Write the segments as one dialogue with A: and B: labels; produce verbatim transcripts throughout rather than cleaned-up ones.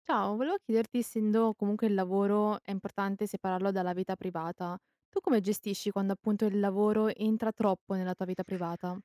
A: Ciao, volevo chiederti, essendo comunque il lavoro è importante separarlo dalla vita privata, tu come gestisci quando appunto il lavoro entra troppo nella tua vita privata?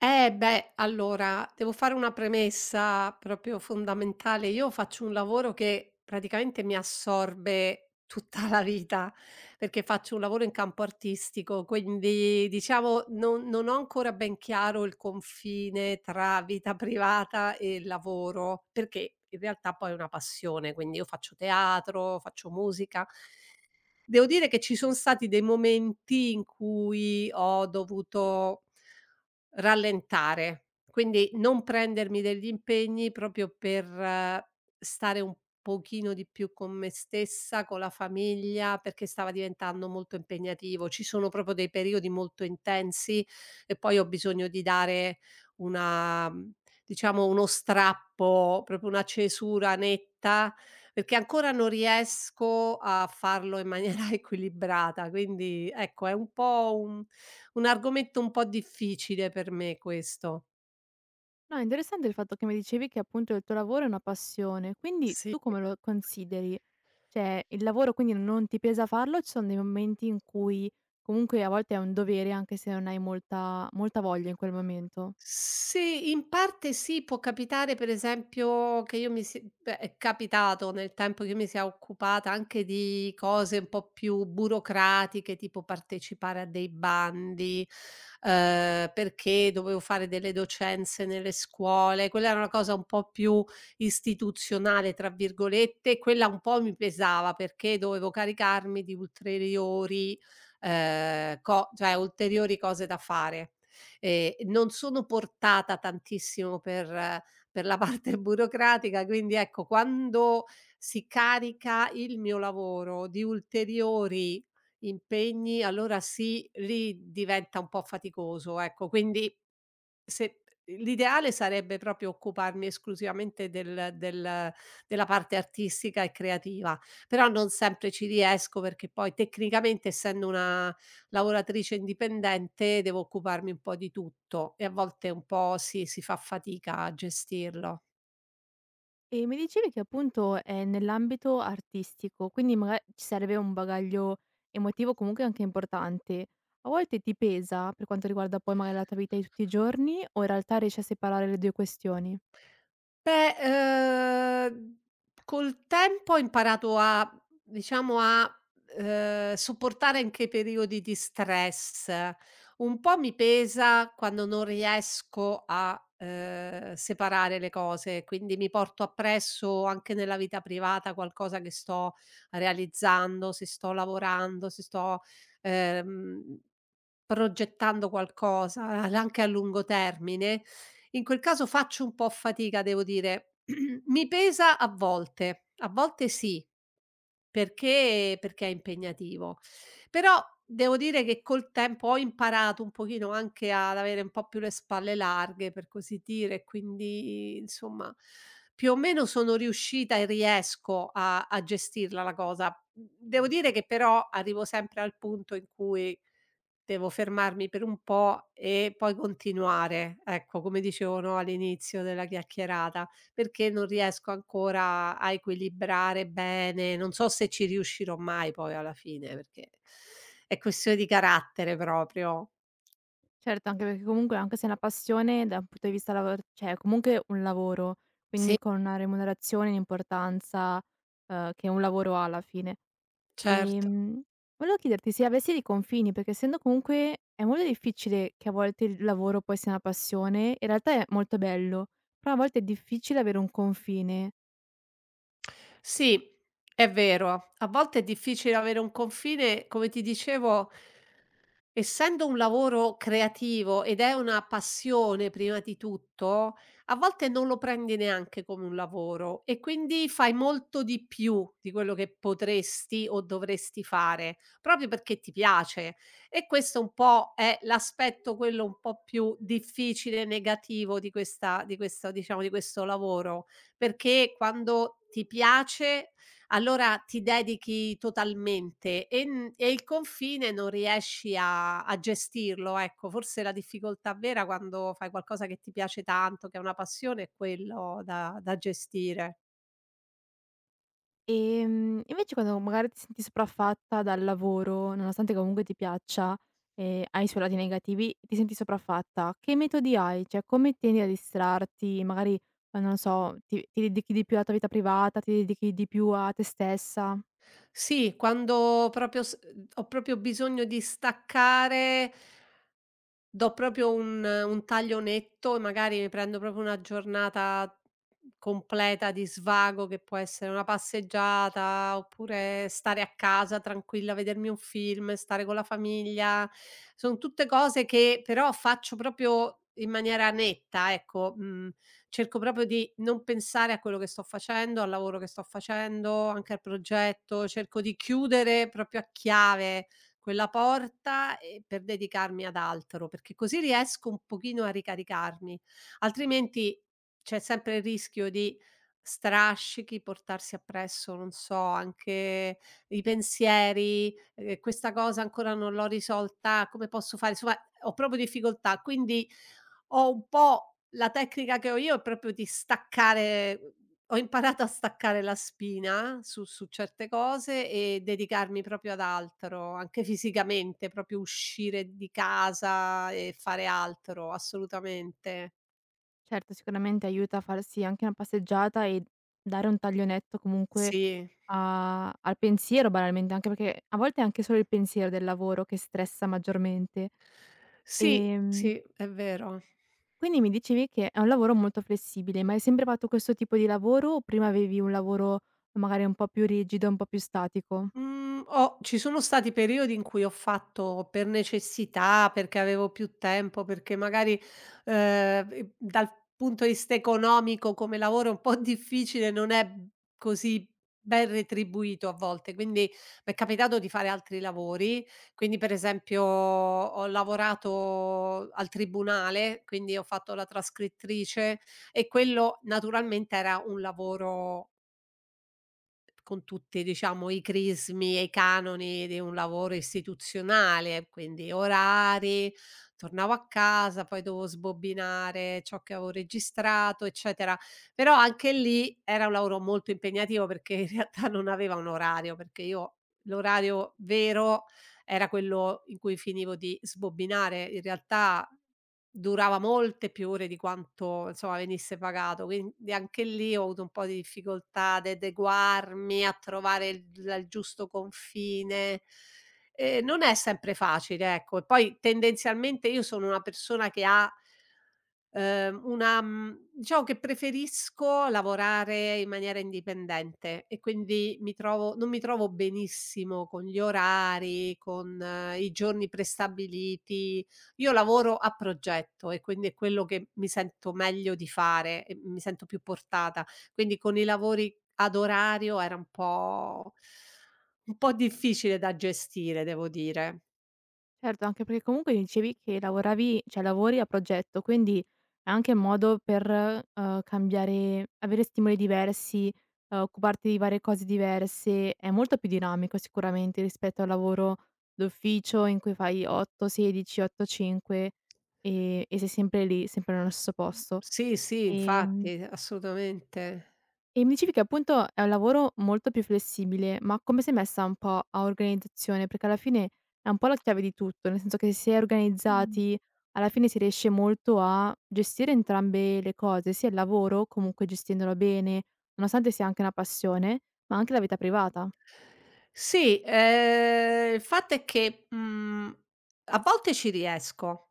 B: Eh beh, allora devo fare una premessa proprio fondamentale. Io faccio un lavoro che praticamente mi assorbe tutta la vita, perché faccio un lavoro in campo artistico, quindi diciamo non, non ho ancora ben chiaro il confine tra vita privata e lavoro, perché in realtà poi è una passione, quindi io faccio teatro, faccio musica. Devo dire che ci sono stati dei momenti in cui ho dovuto rallentare, quindi non prendermi degli impegni proprio per eh, stare un pochino di più con me stessa, con la famiglia, perché stava diventando molto impegnativo. Ci sono proprio dei periodi molto intensi e poi ho bisogno di dare una mhmm, diciamo uno strappo, proprio una cesura netta, perché ancora non riesco a farlo in maniera equilibrata. Quindi ecco, è un po' un un argomento un po' difficile per me questo.
A: No, è interessante il fatto che mi dicevi che appunto il tuo lavoro è una passione, quindi
B: Sì.
A: tu come lo consideri? Cioè, il lavoro quindi non ti pesa farlo, ci sono dei momenti in cui comunque a volte è un dovere anche se non hai molta, molta voglia in quel momento?
B: Sì, in parte sì, può capitare per esempio che io mi si beh, è capitato nel tempo che io mi sia occupata anche di cose un po' più burocratiche, tipo partecipare a dei bandi, ehm, perché dovevo fare delle docenze nelle scuole, quella era una cosa un po' più "istituzionale" tra virgolette, quella un po' mi pesava perché dovevo caricarmi di ulteriori, ehm, co cioè ulteriori cose da fare. Ehm, non sono portata tantissimo per eh, per la parte burocratica, quindi ecco quando si carica il mio lavoro di ulteriori impegni, allora sì, lì diventa un po' faticoso, ecco. Quindi se l'ideale sarebbe proprio occuparmi esclusivamente del del della parte artistica e creativa, però non sempre ci riesco perché poi tecnicamente, essendo una lavoratrice indipendente, devo occuparmi un po' di tutto e a volte un po' si si fa fatica a gestirlo.
A: E mi dicevi che appunto è nell'ambito artistico, quindi maga ci serve un bagaglio emotivo comunque anche importante. A volte ti pesa per quanto riguarda poi magari la tua vita di tutti i giorni o in realtà riesci a separare le due questioni?
B: Beh, ehm, col tempo ho imparato a diciamo a, ehm, sopportare anche i periodi di stress. Un po' mi pesa quando non riesco a, ehm, separare le cose, quindi mi porto appresso anche nella vita privata qualcosa che sto realizzando, se sto lavorando, se sto, ehm progettando qualcosa, a anche a lungo termine, in quel caso faccio un po' fatica, devo dire. Mi pesa a volte, a volte sì. Perché perché è impegnativo. Però devo dire che col tempo ho imparato un pochino anche ad avere un po' più le spalle larghe, per così dire, e quindi insomma più o meno sono riuscita e riesco a a gestirla la cosa. Mhmm, devo dire che però arrivo sempre al punto in cui devo fermarmi per un po' e poi continuare, ecco, come dicevo, no, all'inizio della chiacchierata, perché non riesco ancora a equilibrare bene, non so se ci riuscirò mai poi alla fine, perché è questione di carattere proprio.
A: Certo, anche perché comunque anche se è una passione da un punto di vista lavora cioè è comunque un lavoro,
B: Sì,
A: quindi con una remunerazione, un'importanza, uhm, che un lavoro ha alla fine.
B: certo.
A: Ehm, volevo chiederti se avessi dei confini, perché essendo comunque è molto difficile che a volte il lavoro poi sia una passione, in realtà è molto bello, però a volte è difficile avere un confine.
B: Sì, è vero. A volte è difficile avere un confine, come ti dicevo, essendo un lavoro creativo ed è una passione prima di tutto, a volte non lo prendi neanche come un lavoro e quindi fai molto di più di quello che potresti o dovresti fare, proprio perché ti piace. E questo un po' è l'aspetto, quello un po' più difficile, negativo di questa di questo, diciamo, di questo lavoro, perché quando ti piace allora ti dedichi totalmente e n e il confine non riesci a a gestirlo, ecco. Forse la difficoltà vera quando fai qualcosa che ti piace tanto, che è una passione, è quello da da gestire.
A: Ehm, invece quando magari ti senti sopraffatta dal lavoro, nonostante comunque ti piaccia, e hai i suoi lati negativi, ti senti sopraffatta, che metodi hai? Cioè come tendi a distrarti? Magari, eh, non lo so, ti, ti dedichi di più alla tua vita privata, ti dedichi di più a te stessa?
B: Sì, quando proprio s uhm, ho proprio bisogno di staccare, do proprio un un taglio netto e magari mi prendo proprio una giornata completa di svago, che può essere una passeggiata, oppure stare a casa tranquilla, vedermi un film, stare con la famiglia. Son tutte cose che però faccio proprio in maniera netta, ecco. Mhmm, cerco proprio di non pensare a quello che sto facendo, al lavoro che sto facendo, anche al progetto. Cerco di chiudere proprio a chiave quella porta, ehm, per dedicarmi ad altro, perché così riesco un pochino a ricaricarmi, altrimenti c'è sempre il rischio di strascichi, portarsi appresso, non so, anche i pensieri, ehm: "Questa cosa ancora non l'ho risolta, come posso fare?" Insomma, ho proprio difficoltà. Quindi ho un po' la tecnica che ho io è proprio di staccare, ho imparato a staccare la spina su su certe cose e dedicarmi proprio ad altro, anche fisicamente, proprio uscire di casa e fare altro, assolutamente.
A: Certo, sicuramente aiuta a farsi anche una passeggiata e dare un taglionetto comunque
B: Sì.
A: a al pensiero banalmente, anche perché a volte è anche solo il pensiero del lavoro che stressa maggiormente.
B: Sì,
A: Ehm,
B: sì, è vero.
A: quindi mi dicevi che è un lavoro molto flessibile, ma hai sempre fatto questo tipo di lavoro o prima avevi un lavoro magari un po' più rigido, un po' più statico?
B: Mhmm, ho Ci sono stati periodi in cui ho fatto per necessità, perché avevo più tempo, perché magari, ehm, v dal punto di vista economico come lavoro è un po' difficile, non è così ben retribuito a volte, quindi m'è capitato di fare altri lavori. Quindi per esempio ho lavorato al tribunale, quindi ho fatto la trascrittrice e quello naturalmente era un lavoro con tutti, diciamo, i crismi e i canoni di un lavoro istituzionale, quindi orari, tornavo a casa, poi dovevo sbobbinare ciò che avevo registrato, eccetera. Però anche lì era un lavoro molto impegnativo perché in realtà non aveva un orario, perché io l'orario vero era quello in cui finivo di sbobbinare. In realtà durava molte più ore di quanto, insomma, venisse pagato, quindi anche lì ho avuto un po' di difficoltà ad adeguarmi, a trovare il la il giusto confine. Ehm, non è sempre facile, ecco. E poi tendenzialmente io sono una persona che ha, Ehm, una mhmm, diciamo che preferisco lavorare in maniera indipendente e quindi mi trovo non mi trovo benissimo con gli orari, con eh, i giorni prestabiliti. Io lavoro a progetto e quindi è quello che mi sento meglio di fare e mi sento più portata. Quindi con i lavori ad orario era un po' un po' difficile da gestire, devo dire.
A: Certo, anche perché comunque dicevi che lavoravi cioè lavori a progetto, quindi è anche un modo per, uhm, cambiare avere stimoli diversi, uhm, occuparti di varie cose diverse. È molto più dinamico sicuramente rispetto al lavoro d'ufficio in cui fai otto sedici, otto cinque e e sei sempre lì, sempre nello stesso posto.
B: Sì, sì,
A: Ehm
B: infatti, assolutamente.
A: e mi dicevi che appunto è un lavoro molto più flessibile, ma come sei messa un po' a organizzazione? Perché alla fine è un po' la chiave di tutto, nel senso che se si è organizzati, alla fine si riesce molto a gestire entrambe le cose, sia il lavoro, comunque gestendolo bene, nonostante sia anche una passione, ma anche la vita privata.
B: Sì, ehm, il fatto è che, mhmm, a volte ci riesco.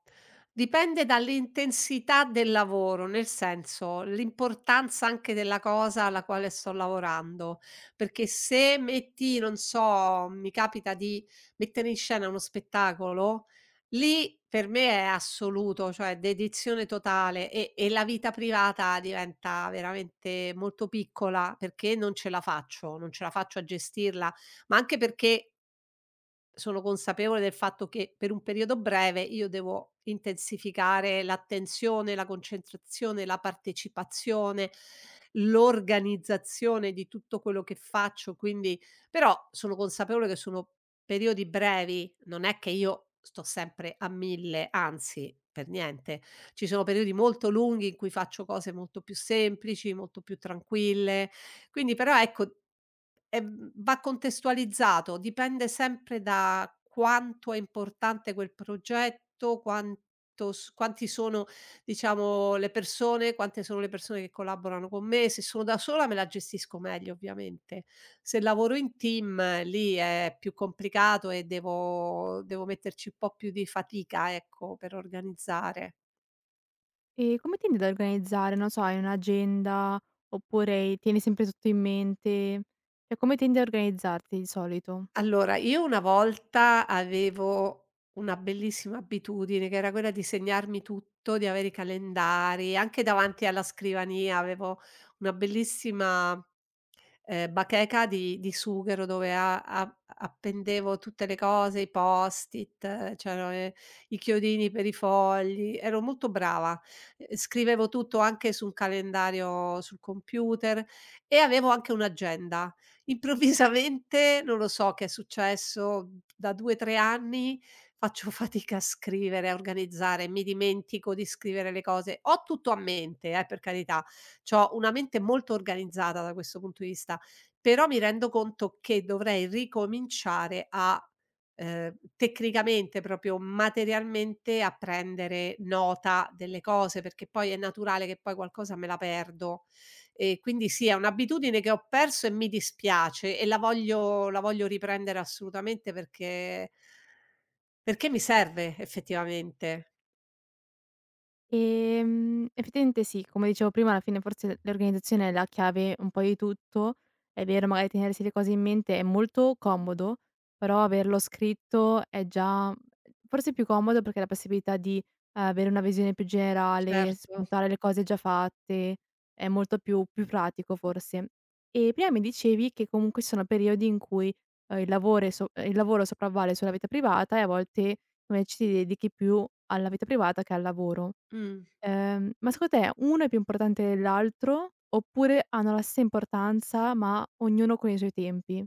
B: Dipende dall'intensità del lavoro, nel senso, l'importanza anche della cosa alla quale sto lavorando, perché se metti, non so, mi capita di mettere in scena uno spettacolo, lì per me è assoluto, cioè dedizione totale e e la vita privata diventa veramente molto piccola perché non ce la faccio, non ce la faccio a gestirla, ma anche perché sono consapevole del fatto che per un periodo breve io devo intensificare l'attenzione, la concentrazione, la partecipazione, l'organizzazione di tutto quello che faccio, quindi però sono consapevole che sono periodi brevi, non è che io sto sempre a mille, anzi per niente. Ci sono periodi molto lunghi in cui faccio cose molto più semplici, molto più tranquille. Quindi però ecco, Ehm, va contestualizzato, dipende sempre da quanto è importante quel progetto, quanto s quanti sono, diciamo, le persone, quante sono le persone che collaborano con me. Se sono da sola me la gestisco meglio, ovviamente. Se lavoro in team, eh, lì è più complicato e devo devo metterci un po' più di fatica, ecco, per organizzare.
A: E come tendi ad organizzare? Non so, hai un'agenda oppure tieni sempre tutto in mente? Cioè, come tendi a organizzarti di solito?
B: Allora, io una volta avevo una bellissima abitudine che era quella di segnarmi tutto, di avere i calendari, anche davanti alla scrivania avevo una bellissima ehm, bacheca di di sughero dove a a appendevo tutte le cose, i post-it, eh, c'erano le i chiodini per i fogli, ero molto brava. Ehm, scrivevo tutto anche su un calendario sul computer e avevo anche un'agenda. Improvvisamente, non lo so che è successo, da due, tre anni faccio fatica a scrivere, a organizzare, mi dimentico di scrivere le cose. Ho tutto a mente, eh, per carità. C'ho una mente molto organizzata da questo punto di vista. Però mi rendo conto che dovrei ricominciare a, ehm, tecnicamente, proprio materialmente, a prendere nota delle cose, perché poi è naturale che poi qualcosa me la perdo. E quindi sì, è un'abitudine che ho perso e mi dispiace e la voglio la voglio riprendere assolutamente perché perché mi serve effettivamente.
A: Ehm, effettivamente sì, come dicevo prima alla fine forse l'organizzazione è la chiave un po' di tutto. È vero, magari tenersi le cose in mente è molto comodo, però averlo scritto è già forse più comodo perché la possibilità di eh, avere una visione più generale,
B: Certo.
A: spuntare le cose già fatte, è molto più, più pratico forse. E prima mi dicevi che comunque ci sono periodi in cui eh, il, lavoro è so- eh, il lavoro sopravvale sulla vita privata e a volte come ci si dedichi più alla vita privata che al lavoro.
B: Mh.
A: Ehm, ma secondo te uno è più importante dell'altro, oppure hanno la stessa importanza, ma ognuno con i suoi tempi?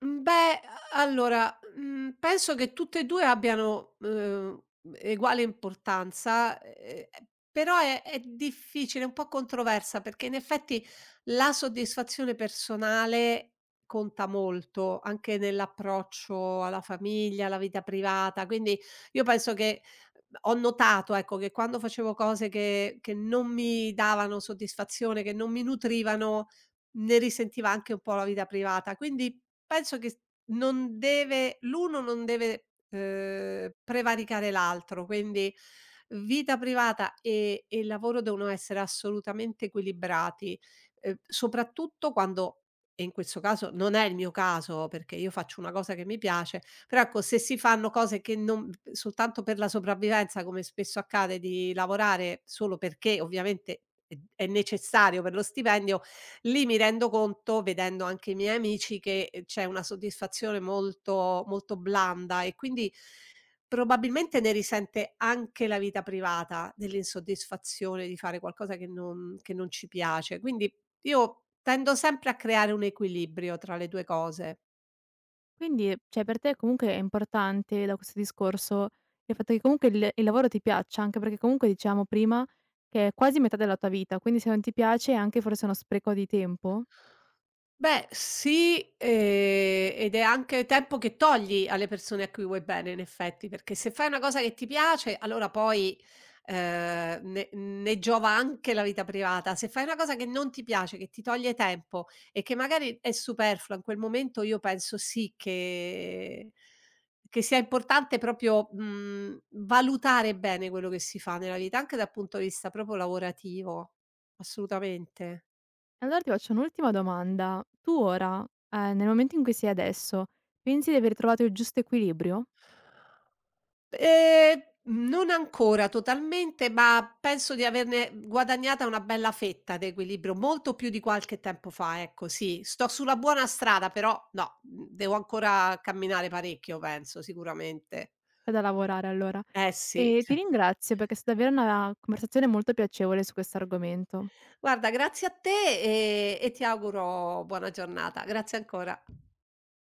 B: Mhmm, beh, allora, mhmm, penso che tutte e due abbiano, uhm, eguale importanza, ehm, però è è difficile, è un po' controversa, perché in effetti la soddisfazione personale conta molto, anche nell'approccio alla famiglia, alla vita privata. Quindi io penso che, mhmm, ho notato, ecco, che quando facevo cose che che non mi davano soddisfazione, che non mi nutrivano, ne risentiva anche un po' la vita privata. Quindi penso che s non deve, l'uno non deve, ehm, prevaricare l'altro, quindi vita privata e e lavoro devono essere assolutamente equilibrati, ehm, soprattutto quando e in questo caso non è il mio caso, perché io faccio una cosa che mi piace, però ecco se si fanno cose che non soltanto per la sopravvivenza, come spesso accade di lavorare solo perché ovviamente è è necessario per lo stipendio, lì mi rendo conto, vedendo anche i miei amici, che, ehm, c'è una soddisfazione molto molto blanda e quindi probabilmente ne risente anche la vita privata, dell'insoddisfazione di fare qualcosa che non che non ci piace. Quindi io tendo sempre a creare un equilibrio tra le due cose.
A: Quindi, cioè per te comunque è importante da questo discorso il fatto che comunque il il lavoro ti piaccia, anche perché comunque dicevamo prima che è quasi metà della tua vita, quindi se non ti piace è anche forse uno spreco di tempo.
B: Beh sì, ehm, ed è anche tempo che togli alle persone a cui vuoi bene in effetti, perché se fai una cosa che ti piace allora poi, ehm, ne ne giova anche la vita privata. Se fai una cosa che non ti piace, che ti toglie tempo e che magari è superflua in quel momento, io penso sì che che sia importante proprio, mhmm, valutare bene quello che si fa nella vita, anche dal punto di vista proprio lavorativo, assolutamente.
A: Allora ti faccio un'ultima domanda: tu ora, ehm, nel momento in cui sei adesso, pensi di aver trovato il giusto equilibrio?
B: Ehm, non ancora totalmente, ma penso di averne guadagnata una bella fetta d'equilibrio, molto più di qualche tempo fa, ecco sì. Sto sulla buona strada, però no, mhmm, devo ancora camminare parecchio penso, sicuramente.
A: C'è da lavorare allora.
B: Eh sì.
A: E ti ringrazio perché è stata davvero una conversazione molto piacevole su questo argomento.
B: Guarda, grazie a te, ehm, e ti auguro buona giornata. Grazie ancora.